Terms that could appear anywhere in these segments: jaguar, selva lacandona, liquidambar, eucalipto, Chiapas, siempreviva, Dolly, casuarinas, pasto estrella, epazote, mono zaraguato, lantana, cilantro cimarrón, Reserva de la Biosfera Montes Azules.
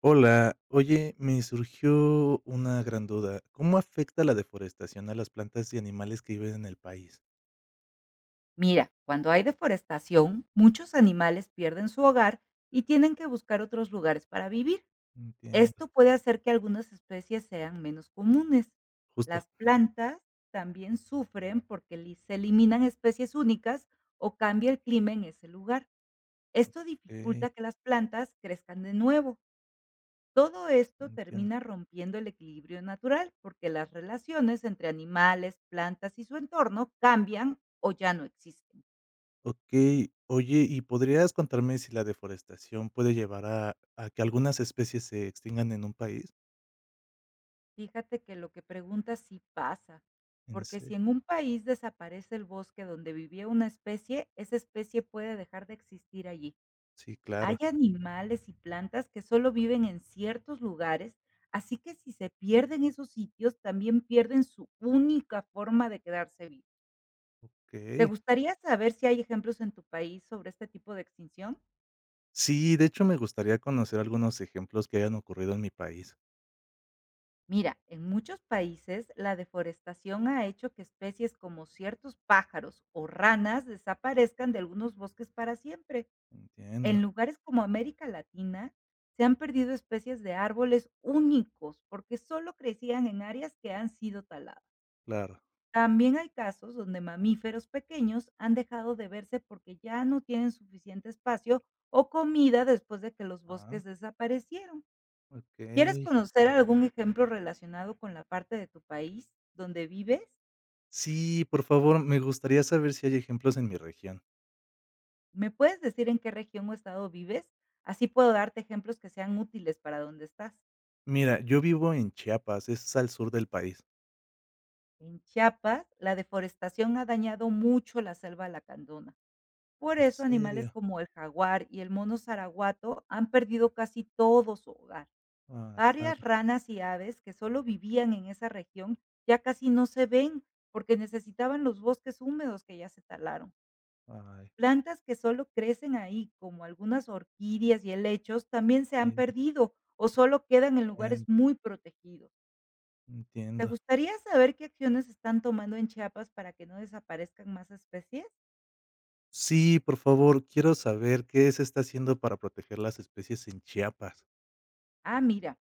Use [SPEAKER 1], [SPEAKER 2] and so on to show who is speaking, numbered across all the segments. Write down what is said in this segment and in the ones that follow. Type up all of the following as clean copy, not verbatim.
[SPEAKER 1] Hola, oye, me surgió una gran duda. ¿Cómo afecta la deforestación a las plantas y animales que viven en el país?
[SPEAKER 2] Mira, cuando hay deforestación, muchos animales pierden su hogar y tienen que buscar otros lugares para vivir.
[SPEAKER 1] Entiendo,
[SPEAKER 2] Esto puede hacer que algunas especies sean menos comunes.
[SPEAKER 1] justo.
[SPEAKER 2] Las plantas también sufren porque se eliminan especies únicas o cambia el clima en ese lugar. Esto
[SPEAKER 1] Okey,
[SPEAKER 2] dificulta que las plantas crezcan de nuevo. Todo esto
[SPEAKER 1] entiendo.
[SPEAKER 2] termina rompiendo el equilibrio natural porque las relaciones entre animales, plantas y su entorno cambian o ya no existen.
[SPEAKER 1] Okey, oye, ¿y podrías contarme si la deforestación puede llevar a que algunas especies se extingan en un país?
[SPEAKER 2] Fíjate que lo que preguntas sí pasa,
[SPEAKER 1] ¿En
[SPEAKER 2] porque si
[SPEAKER 1] serio?
[SPEAKER 2] en un país desaparece el bosque donde vivía una especie, esa especie puede dejar de existir allí.
[SPEAKER 1] Sí, claro.
[SPEAKER 2] Hay animales y plantas que solo viven en ciertos lugares, así que si se pierden esos sitios, también pierden su única forma de quedarse vivos. ¿Te
[SPEAKER 1] Okey.
[SPEAKER 2] gustaría saber si hay ejemplos en tu país sobre este tipo de extinción?
[SPEAKER 1] Sí, de hecho, me gustaría conocer algunos ejemplos que hayan ocurrido en mi país.
[SPEAKER 2] Mira, en muchos países la deforestación ha hecho que especies como ciertos pájaros o ranas desaparezcan de algunos bosques para siempre.
[SPEAKER 1] Entiendo,
[SPEAKER 2] En lugares como América Latina se han perdido especies de árboles únicos porque solo crecían en áreas que han sido taladas.
[SPEAKER 1] claro.
[SPEAKER 2] También hay casos donde mamíferos pequeños han dejado de verse porque ya no tienen suficiente espacio o comida después de que los
[SPEAKER 1] Ah,
[SPEAKER 2] bosques desaparecieron. ¿Quieres
[SPEAKER 1] okey.
[SPEAKER 2] conocer algún ejemplo relacionado con la parte de tu país donde vives?
[SPEAKER 1] Sí, por favor, me gustaría saber si hay ejemplos en mi región.
[SPEAKER 2] ¿Me puedes decir en qué región o estado vives? Así puedo darte ejemplos que sean útiles para donde estás.
[SPEAKER 1] Mira, yo vivo en Chiapas, es al sur del país.
[SPEAKER 2] En Chiapas, la deforestación ha dañado mucho la selva lacandona. Por
[SPEAKER 1] ¿En
[SPEAKER 2] eso animales
[SPEAKER 1] serio?
[SPEAKER 2] como el jaguar y el mono zaraguato han perdido casi todo su hogar.
[SPEAKER 1] Ah,
[SPEAKER 2] Varias
[SPEAKER 1] claro.
[SPEAKER 2] ranas y aves que solo vivían en esa región ya casi no se ven porque necesitaban los bosques húmedos que ya se talaron.
[SPEAKER 1] Ay,
[SPEAKER 2] Plantas que solo crecen ahí, como algunas orquídeas y helechos, también se han perdido o solo quedan en lugares
[SPEAKER 1] entiendo,
[SPEAKER 2] muy protegidos. ¿Te
[SPEAKER 1] entiendo.
[SPEAKER 2] gustaría saber qué acciones están tomando en Chiapas para que no desaparezcan más especies?
[SPEAKER 1] Sí, por favor, quiero saber qué se está haciendo para proteger las especies en Chiapas.
[SPEAKER 2] Ah, mira,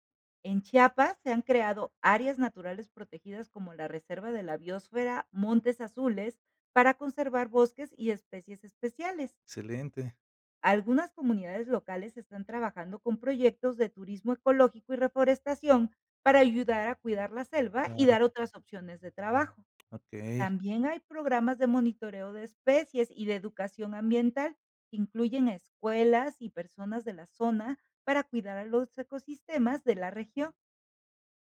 [SPEAKER 2] en Chiapas se han creado áreas naturales protegidas como la Reserva de la Biosfera Montes Azules para conservar bosques y especies especiales.
[SPEAKER 1] Excelente,
[SPEAKER 2] Algunas comunidades locales están trabajando con proyectos de turismo ecológico y reforestación para ayudar a cuidar la selva y
[SPEAKER 1] claro,
[SPEAKER 2] dar otras opciones de trabajo.
[SPEAKER 1] ok.
[SPEAKER 2] También hay programas de monitoreo de especies y de educación ambiental que incluyen a escuelas y personas de la zona para cuidar a los ecosistemas de la región.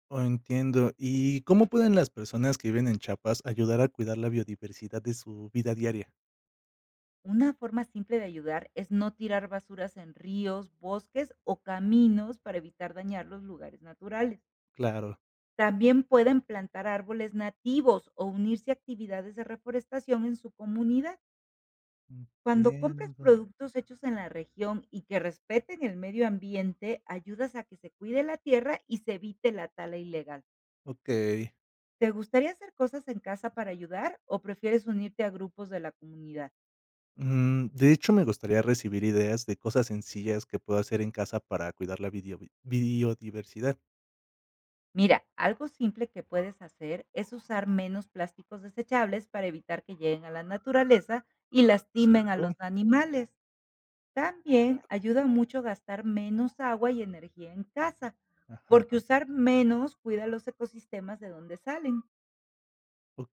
[SPEAKER 1] Oh, entiendo. ¿Y cómo pueden las personas que viven en Chiapas ayudar a cuidar la biodiversidad de su vida diaria?
[SPEAKER 2] Una forma simple de ayudar es no tirar basuras en ríos, bosques o caminos para evitar dañar los lugares naturales.
[SPEAKER 1] Claro,
[SPEAKER 2] También pueden plantar árboles nativos o unirse a actividades de reforestación en su comunidad. Cuando compras
[SPEAKER 1] entiendo.
[SPEAKER 2] productos hechos en la región y que respeten el medio ambiente, ayudas a que se cuide la tierra y se evite la tala ilegal.
[SPEAKER 1] Ok.
[SPEAKER 2] ¿Te gustaría hacer cosas en casa para ayudar o prefieres unirte a grupos de la comunidad?
[SPEAKER 1] De hecho, me gustaría recibir ideas de cosas sencillas que puedo hacer en casa para cuidar la biodiversidad.
[SPEAKER 2] Mira, algo simple que puedes hacer es usar menos plásticos desechables para evitar que lleguen a la naturaleza y lastimen a
[SPEAKER 1] ¿Sigo?
[SPEAKER 2] los animales. También ayuda mucho gastar menos agua y energía en casa,
[SPEAKER 1] Ajá.
[SPEAKER 2] porque usar menos cuida los ecosistemas de donde salen.
[SPEAKER 1] Ok.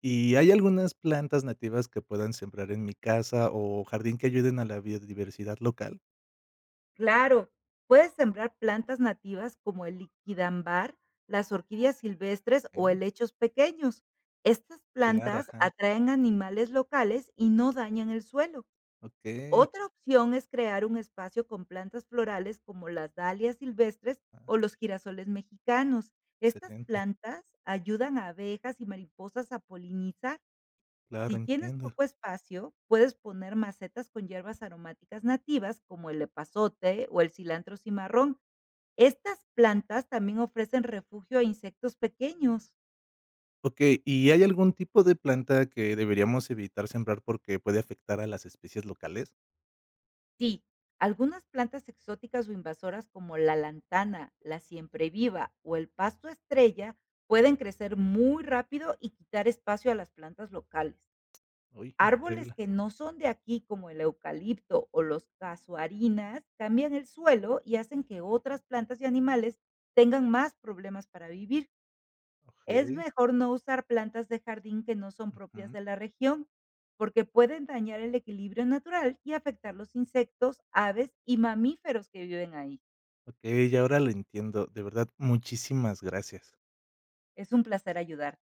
[SPEAKER 1] ¿Y hay algunas plantas nativas que puedan sembrar en mi casa o jardín que ayuden a la biodiversidad local?
[SPEAKER 2] Claro, puedes sembrar plantas nativas como el liquidambar, las orquídeas silvestres o
[SPEAKER 1] Ok,
[SPEAKER 2] helechos pequeños. Estas
[SPEAKER 1] claro,
[SPEAKER 2] plantas
[SPEAKER 1] ajá.
[SPEAKER 2] atraen animales locales y no dañan el suelo.
[SPEAKER 1] Ok,
[SPEAKER 2] Otra opción es crear un espacio con plantas florales como las dalias silvestres
[SPEAKER 1] ah,
[SPEAKER 2] o los girasoles mexicanos. Estas
[SPEAKER 1] excelente.
[SPEAKER 2] plantas ayudan a abejas y mariposas a polinizar.
[SPEAKER 1] Claro,
[SPEAKER 2] Si tienes
[SPEAKER 1] entiendo.
[SPEAKER 2] poco espacio, puedes poner macetas con hierbas aromáticas nativas como el epazote o el cilantro cimarrón. Estas plantas también ofrecen refugio a insectos pequeños.
[SPEAKER 1] Ok, ¿y hay algún tipo de planta que deberíamos evitar sembrar porque puede afectar a las especies locales?
[SPEAKER 2] Sí, algunas plantas exóticas o invasoras como la lantana, la siempreviva o el pasto estrella pueden crecer muy rápido y quitar espacio a las plantas locales.
[SPEAKER 1] Uy,
[SPEAKER 2] Árboles
[SPEAKER 1] increíble.
[SPEAKER 2] que no son de aquí, como el eucalipto o los casuarinas, cambian el suelo y hacen que otras plantas y animales tengan más problemas para vivir.
[SPEAKER 1] Ok.
[SPEAKER 2] Es mejor no usar plantas de jardín que no son propias
[SPEAKER 1] Ujú.
[SPEAKER 2] de la región, porque pueden dañar el equilibrio natural y afectar los insectos, aves y mamíferos que viven ahí.
[SPEAKER 1] Okey, ya ahora lo entiendo. De verdad, muchísimas gracias.
[SPEAKER 2] Es un placer ayudarte.